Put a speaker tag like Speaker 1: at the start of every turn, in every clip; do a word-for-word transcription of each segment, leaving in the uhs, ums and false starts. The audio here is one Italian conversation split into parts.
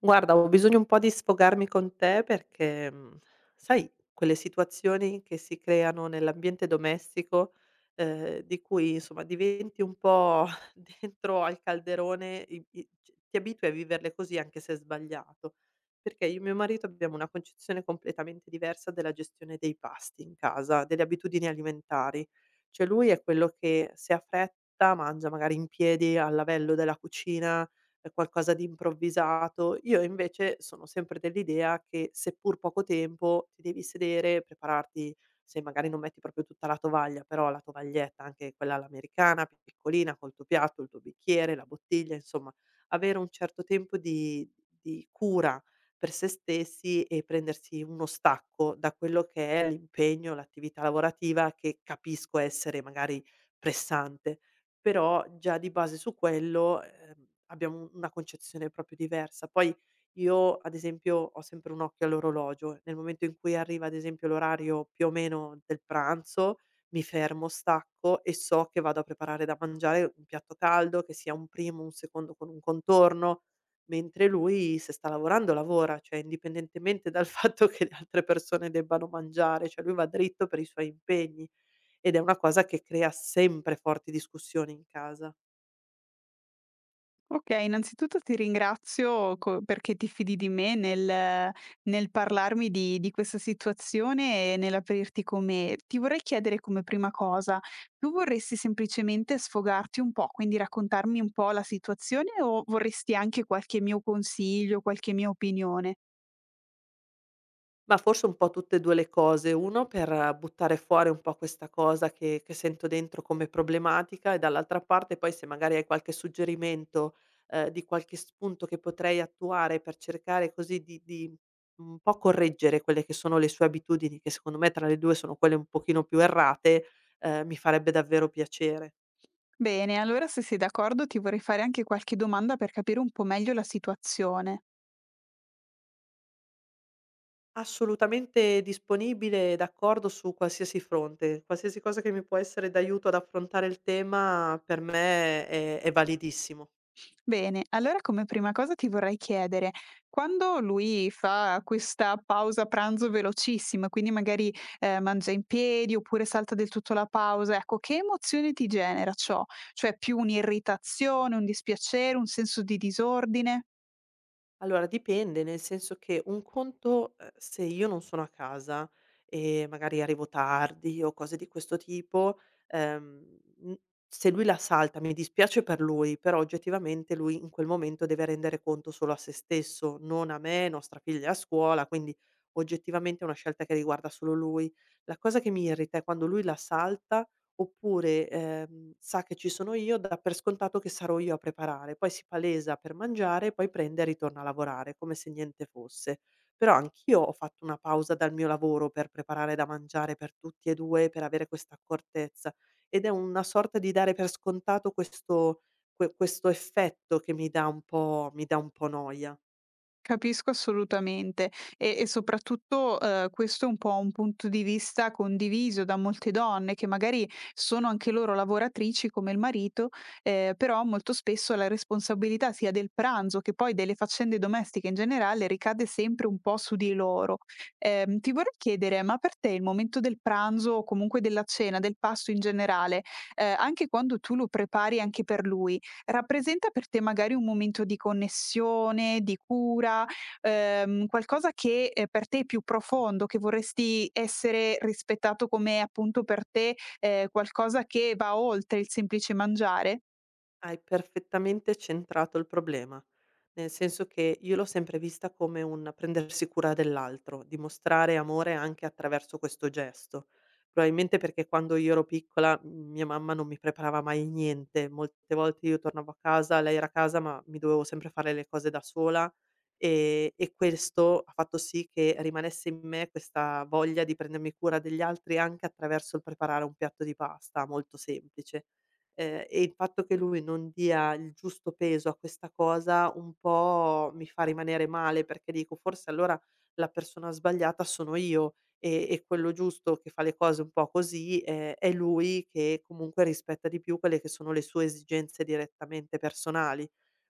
Speaker 1: Guarda, ho bisogno un po' di sfogarmi con te perché, mhmm, sai quelle situazioni che si creano nell'ambiente domestico, ehm, di cui insomma diventi un po' dentro al calderone i i c ti abitui a viverle così anche se è sbagliato. Perché io e mio marito abbiamo una concezione completamente diversa della gestione dei pasti in casa, delle abitudini alimentari. Cioè lui è quello che se ha fretta mangia magari in piedi al lavello della cucina, ehm, qualcosa di improvvisato. Io invece sono sempre dell'idea che, seppur poco tempo, ti devi sedere, prepararti se magari non metti proprio tutta la tovaglia, però la tovaglietta, anche quella all'americana, più piccolina, col tuo piatto, il tuo bicchiere, la bottiglia, insomma, avere un certo tempo di di cura per se stessi e prendersi uno stacco da quello che è l'impegno, l'attività lavorativa che capisco essere magari pressante. Però già di base su quello, ehm, abbiamo u una concezione proprio diversa. Poi io, ad esempio, ho sempre un occhio all'orologio. Nel momento in cui arriva, ad esempio, l'orario più o meno del pranzo, mi fermo, stacco e so che vado a preparare da mangiare un piatto caldo, che sia un primo, un secondo con un contorno, mentre lui se sta lavorando lavora, cioè indipendentemente dal fatto che le altre persone debbano mangiare, cioè lui va dritto per i suoi impegni. Ed è una cosa che crea sempre forti discussioni in casa.
Speaker 2: Okay, innanzitutto ti ringrazio co perché ti fidi di me nel nel parlarmi di di questa situazione e nell'aprirti come ti vorrei chiedere come prima cosa, tu vorresti semplicemente sfogarti un po', quindi raccontarmi un po' la situazione o vorresti anche qualche mio consiglio, qualche mia opinione?
Speaker 1: Ma forse un po' tutte e due le cose, uno per buttare fuori un po' questa cosa che che sento dentro come problematica e dall'altra parte poi se magari hai qualche suggerimento, ehm, di qualche spunto che potrei attuare per cercare così di di un po' correggere quelle che sono le sue abitudini, che secondo me tra le due sono quelle un pochino più errate, ehm, mi farebbe davvero piacere.
Speaker 2: Bene, allora se sei d'accordo ti vorrei fare anche qualche domanda per capire un po' meglio la situazione.
Speaker 1: Assolutamente disponibile e d'accordo su qualsiasi fronte. Qualsiasi cosa che mi può essere d'aiuto ad affrontare il tema per me è è validissimo.
Speaker 2: Bene, allora come prima cosa ti vorrei chiedere, quando lui fa questa pausa pranzo velocissima, quindi magari eh, mangia in piedi oppure salta del tutto la pausa, ecco, che emozioni ti genera ciò? Cioè più un'irritazione, un dispiacere, un senso di disordine?
Speaker 1: Allora dipende, nel senso che un conto, uhm, se io non sono a casa e magari arrivo tardi o cose di questo tipo, ehm, mhmm, se lui la salta mi dispiace per lui, però oggettivamente lui in quel momento deve rendere conto solo a se stesso, non a me, nostra figlia è a scuola, quindi oggettivamente è una scelta che riguarda solo lui. La cosa che mi irrita è quando lui la salta. Oppure, ehm, sa che ci sono io, dà per scontato che sarò io a preparare, poi si palesa per mangiare, poi prende e ritorna a lavorare, come se niente fosse. Però anch'io ho fatto una pausa dal mio lavoro per preparare da mangiare per tutti e due, per avere questa accortezza ed è una sorta di dare per scontato questo que questo effetto che mi dà un po' mi dà un po' noia.
Speaker 2: Capisco assolutamente e e soprattutto, uhm, questo è un po' un punto di vista condiviso da molte donne che magari sono anche loro lavoratrici come il marito, ehm, però molto spesso la responsabilità sia del pranzo che poi delle faccende domestiche in generale ricade sempre un po' su di loro. Ehm, ti vorrei chiedere, ma per te il momento del pranzo o comunque della cena, del pasto in generale, ehm, anche quando tu lo prepari anche per lui, rappresenta per te magari un momento di connessione, di cura, ehm, qualcosa che, ehm, per te è più profondo, che vorresti essere rispettato come appunto per te, ehm, qualcosa che va oltre il semplice mangiare?
Speaker 1: Hai perfettamente centrato il problema, nel senso che io l'ho sempre vista come un prendersi cura dell'altro, dimostrare amore anche attraverso questo gesto. Probabilmente perché quando io ero piccola m mia mamma non mi preparava mai niente, molte volte io tornavo a casa, lei era a casa, ma mi dovevo sempre fare le cose da sola. Ehm, e questo ha fatto sì che rimanesse in me questa voglia di prendermi cura degli altri anche attraverso il preparare un piatto di pasta molto semplice. Ehm, e il fatto che lui non dia il giusto peso a questa cosa un po' mi fa rimanere male, perché dico: "Forse allora la persona sbagliata sono io e e quello giusto che fa le cose un po' così, ehm, è lui che comunque rispetta di più quelle che sono le sue esigenze direttamente personali".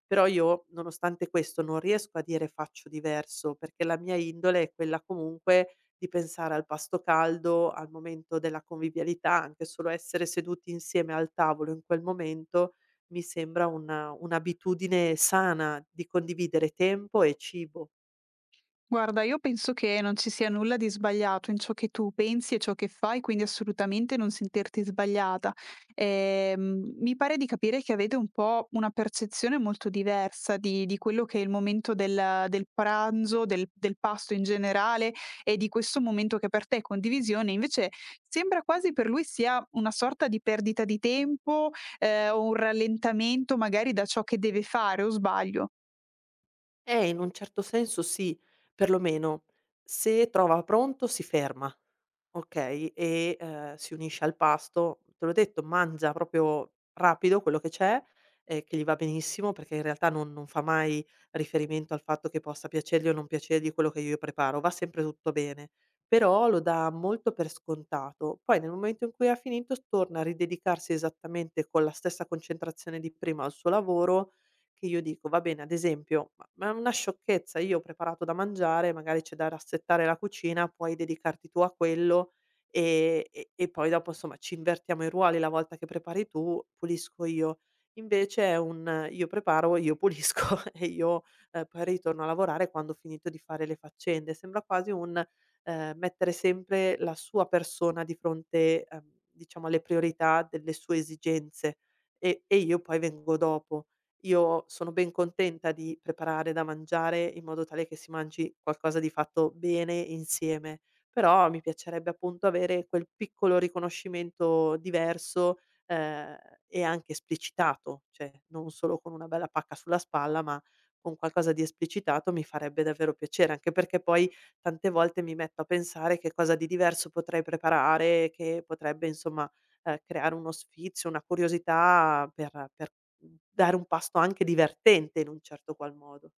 Speaker 1: Però io, nonostante questo, non riesco a dire: "Faccio diverso", perché la mia indole è quella comunque di pensare al pasto caldo, al momento della convivialità, anche solo essere seduti insieme al tavolo in quel momento mi sembra una un'abitudine sana di condividere tempo e cibo.
Speaker 2: Guarda, io penso che non ci sia nulla di sbagliato in ciò che tu pensi e ciò che fai, quindi assolutamente non sentirti sbagliata. Ehm, mi pare di capire che avete un po' una percezione molto diversa di, di quello che è il momento del, del pranzo, del, del pasto in generale e di questo momento che per te è condivisione, invece sembra quasi per lui sia una sorta di perdita di tempo, eh, o un rallentamento magari da ciò che deve fare, o sbaglio?
Speaker 1: Eh, in un certo senso sì, perlomeno se trova pronto si ferma. Okay, e, ehm, si unisce al pasto. Te l'ho detto, mangia proprio rapido quello che c'è, ehm, che gli va benissimo perché in realtà non non fa mai riferimento al fatto che possa piacergli o non piacergli quello che io preparo, va sempre tutto bene, però lo dà molto per scontato. Poi nel momento in cui ha finito s torna a ridedicarsi esattamente con la stessa concentrazione di prima al suo lavoro, che io dico: "Va bene". Ad esempio, ma ma è una sciocchezza, io ho preparato da mangiare, magari c'è da rassettare la cucina, puoi dedicarti tu a quello. Ehm, e e poi dopo insomma ci invertiamo i ruoli, la volta che prepari tu, pulisco io. Invece è un eh, io preparo, io pulisco e io, ehm, poi ritorno a lavorare quando ho finito di fare le faccende. Sembra quasi un, ehm, mettere sempre la sua persona di fronte, ehm, diciamo alle priorità delle sue esigenze e e io poi vengo dopo. Io sono ben contenta di preparare da mangiare in modo tale che si mangi qualcosa di fatto bene insieme. Però mi piacerebbe appunto avere quel piccolo riconoscimento diverso, ehm, e anche esplicitato, cioè non solo con una bella pacca sulla spalla, ma con qualcosa di esplicitato mi farebbe davvero piacere, anche perché poi tante volte mi metto a pensare che cosa di diverso potrei preparare, che potrebbe insomma, ehm, creare uno sfizio, una curiosità per per, mhmm, dare un pasto anche divertente in un certo qual modo.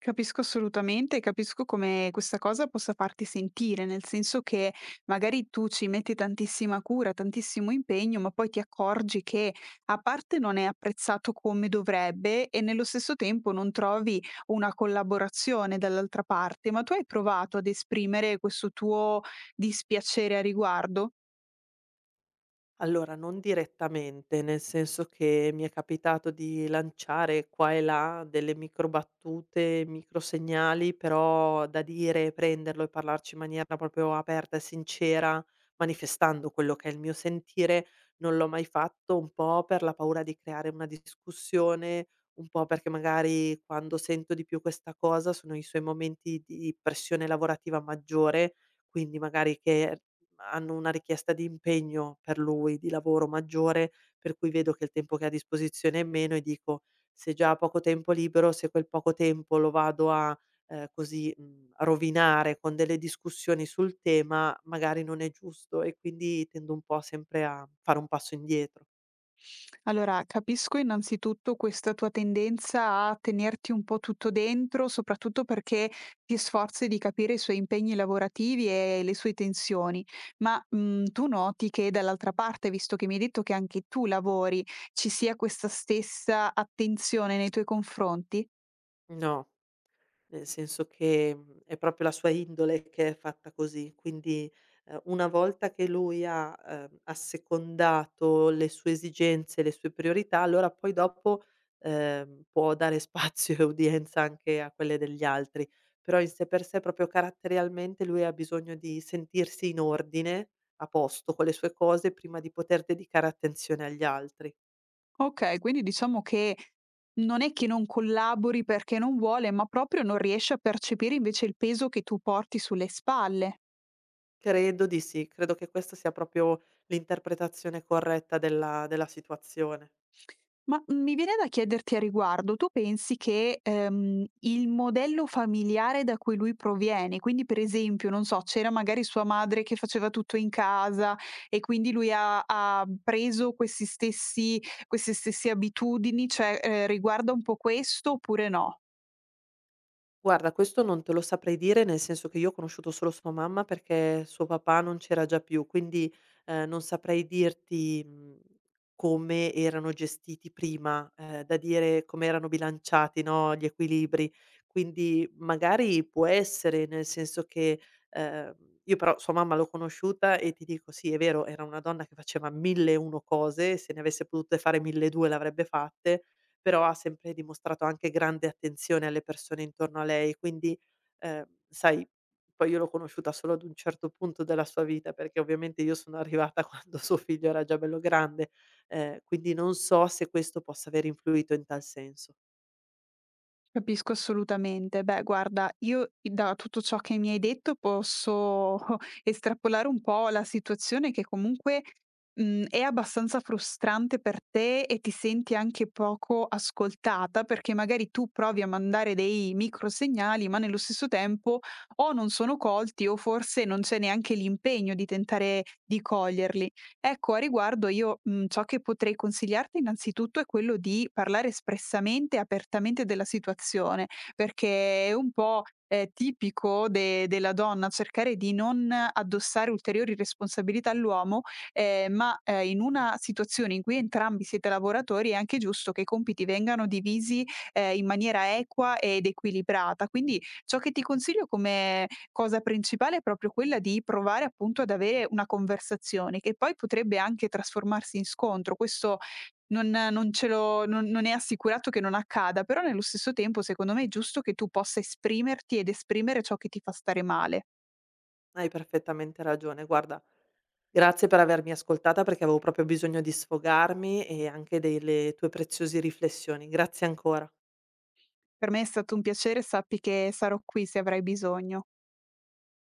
Speaker 2: Capisco assolutamente e capisco come questa cosa possa farti sentire, nel senso che magari tu ci metti tantissima cura, tantissimo impegno, ma poi ti accorgi che a parte non è apprezzato come dovrebbe e nello stesso tempo non trovi una collaborazione dall'altra parte, ma tu hai provato ad esprimere questo tuo dispiacere a riguardo?
Speaker 1: Allora, non direttamente, nel senso che mi è capitato di lanciare qua e là delle micro battute, micro segnali, però da dire, prenderlo e parlarci in maniera proprio aperta e sincera, manifestando quello che è il mio sentire, non l'ho mai fatto, un po' per la paura di creare una discussione, un po' perché magari quando sento di più questa cosa sono i suoi momenti di pressione lavorativa maggiore, quindi magari che hanno una richiesta di impegno per lui, di lavoro maggiore, per cui vedo che il tempo che ha a disposizione è meno e dico: "Se già ha poco tempo libero, se quel poco tempo lo vado a, ehm, così, mhmm, rovinare con delle discussioni sul tema, magari non è giusto", e quindi tendo un po' sempre a fare un passo indietro.
Speaker 2: Allora, capisco innanzitutto questa tua tendenza a tenerti un po' tutto dentro, soprattutto perché ti sforzi di capire i suoi impegni lavorativi e le sue tensioni, ma mm, tu noti che dall'altra parte, visto che mi hai detto che anche tu lavori, ci sia questa stessa attenzione nei tuoi confronti?
Speaker 1: No. Nel senso che, mhmm, è proprio la sua indole che è fatta così, quindi, ehm, una volta che lui ha, ehm, assecondato le sue esigenze, le sue priorità, allora poi dopo, ehm, può dare spazio e udienza anche a quelle degli altri. Però in sé per sé, proprio caratterialmente, lui ha bisogno di sentirsi in ordine, a posto con le sue cose, prima di poter dedicare attenzione agli altri.
Speaker 2: Ok, quindi diciamo che non è che non collabori perché non vuole, ma proprio non riesce a percepire invece il peso che tu porti sulle spalle.
Speaker 1: Credo di sì, credo che questa sia proprio l'interpretazione corretta della della situazione.
Speaker 2: Ma, mhmm, mi viene da chiederti a riguardo, tu pensi che, ehm, il modello familiare da cui lui proviene, quindi per esempio, non so, c'era magari sua madre che faceva tutto in casa e quindi lui ha ha preso questi stessi queste stesse abitudini, cioè, ehm, riguarda un po' questo oppure no?
Speaker 1: Guarda, questo non te lo saprei dire, nel senso che io ho conosciuto solo sua mamma perché suo papà non c'era già più, quindi, ehm, non saprei dirti, mhmm, come erano gestiti prima, ehm, da dire come erano bilanciati, no, gli equilibri. Quindi magari può essere, nel senso che, ehm, io però sua mamma l'ho conosciuta e ti dico sì, è vero, era una donna che faceva mille e una cose, se ne avesse potute fare milleduecento le avrebbe fatte, però ha sempre dimostrato anche grande attenzione alle persone intorno a lei, quindi, ehm, sai, poi io l'ho conosciuta solo ad un certo punto della sua vita, perché ovviamente io sono arrivata quando suo figlio era già bello grande, ehm, quindi non so se questo possa aver influito in tal senso.
Speaker 2: Capisco assolutamente. Beh, guarda, io da tutto ciò che mi hai detto posso estrapolare un po' la situazione che comunque mh, è abbastanza frustrante per te e ti senti anche poco ascoltata perché magari tu provi a mandare dei microsegnali, ma nello stesso tempo o non sono colti o forse non c'è neanche l'impegno di tentare di coglierli. Ecco, a riguardo io, mhmm, ciò che potrei consigliarti innanzitutto è quello di parlare espressamente e apertamente della situazione, perché è un po', ehm, tipico de della donna cercare di non addossare ulteriori responsabilità all'uomo, ehm, ma, ehm, in una situazione in cui entrambi siete lavoratori è anche giusto che i compiti vengano divisi, ehm, in maniera equa ed equilibrata. Quindi ciò che ti consiglio come cosa principale è proprio quella di provare appunto ad avere una conversazione che poi potrebbe anche trasformarsi in scontro. Questo non, non ce lo, non, non è assicurato che non accada, però nello stesso tempo secondo me è giusto che tu possa esprimerti ed esprimere ciò che ti fa stare male.
Speaker 1: Hai perfettamente ragione. Guarda, grazie per avermi ascoltata, perché avevo proprio bisogno di sfogarmi e anche delle tue preziose riflessioni. Grazie ancora.
Speaker 2: Per me è stato un piacere, sappi che sarò qui se avrai bisogno.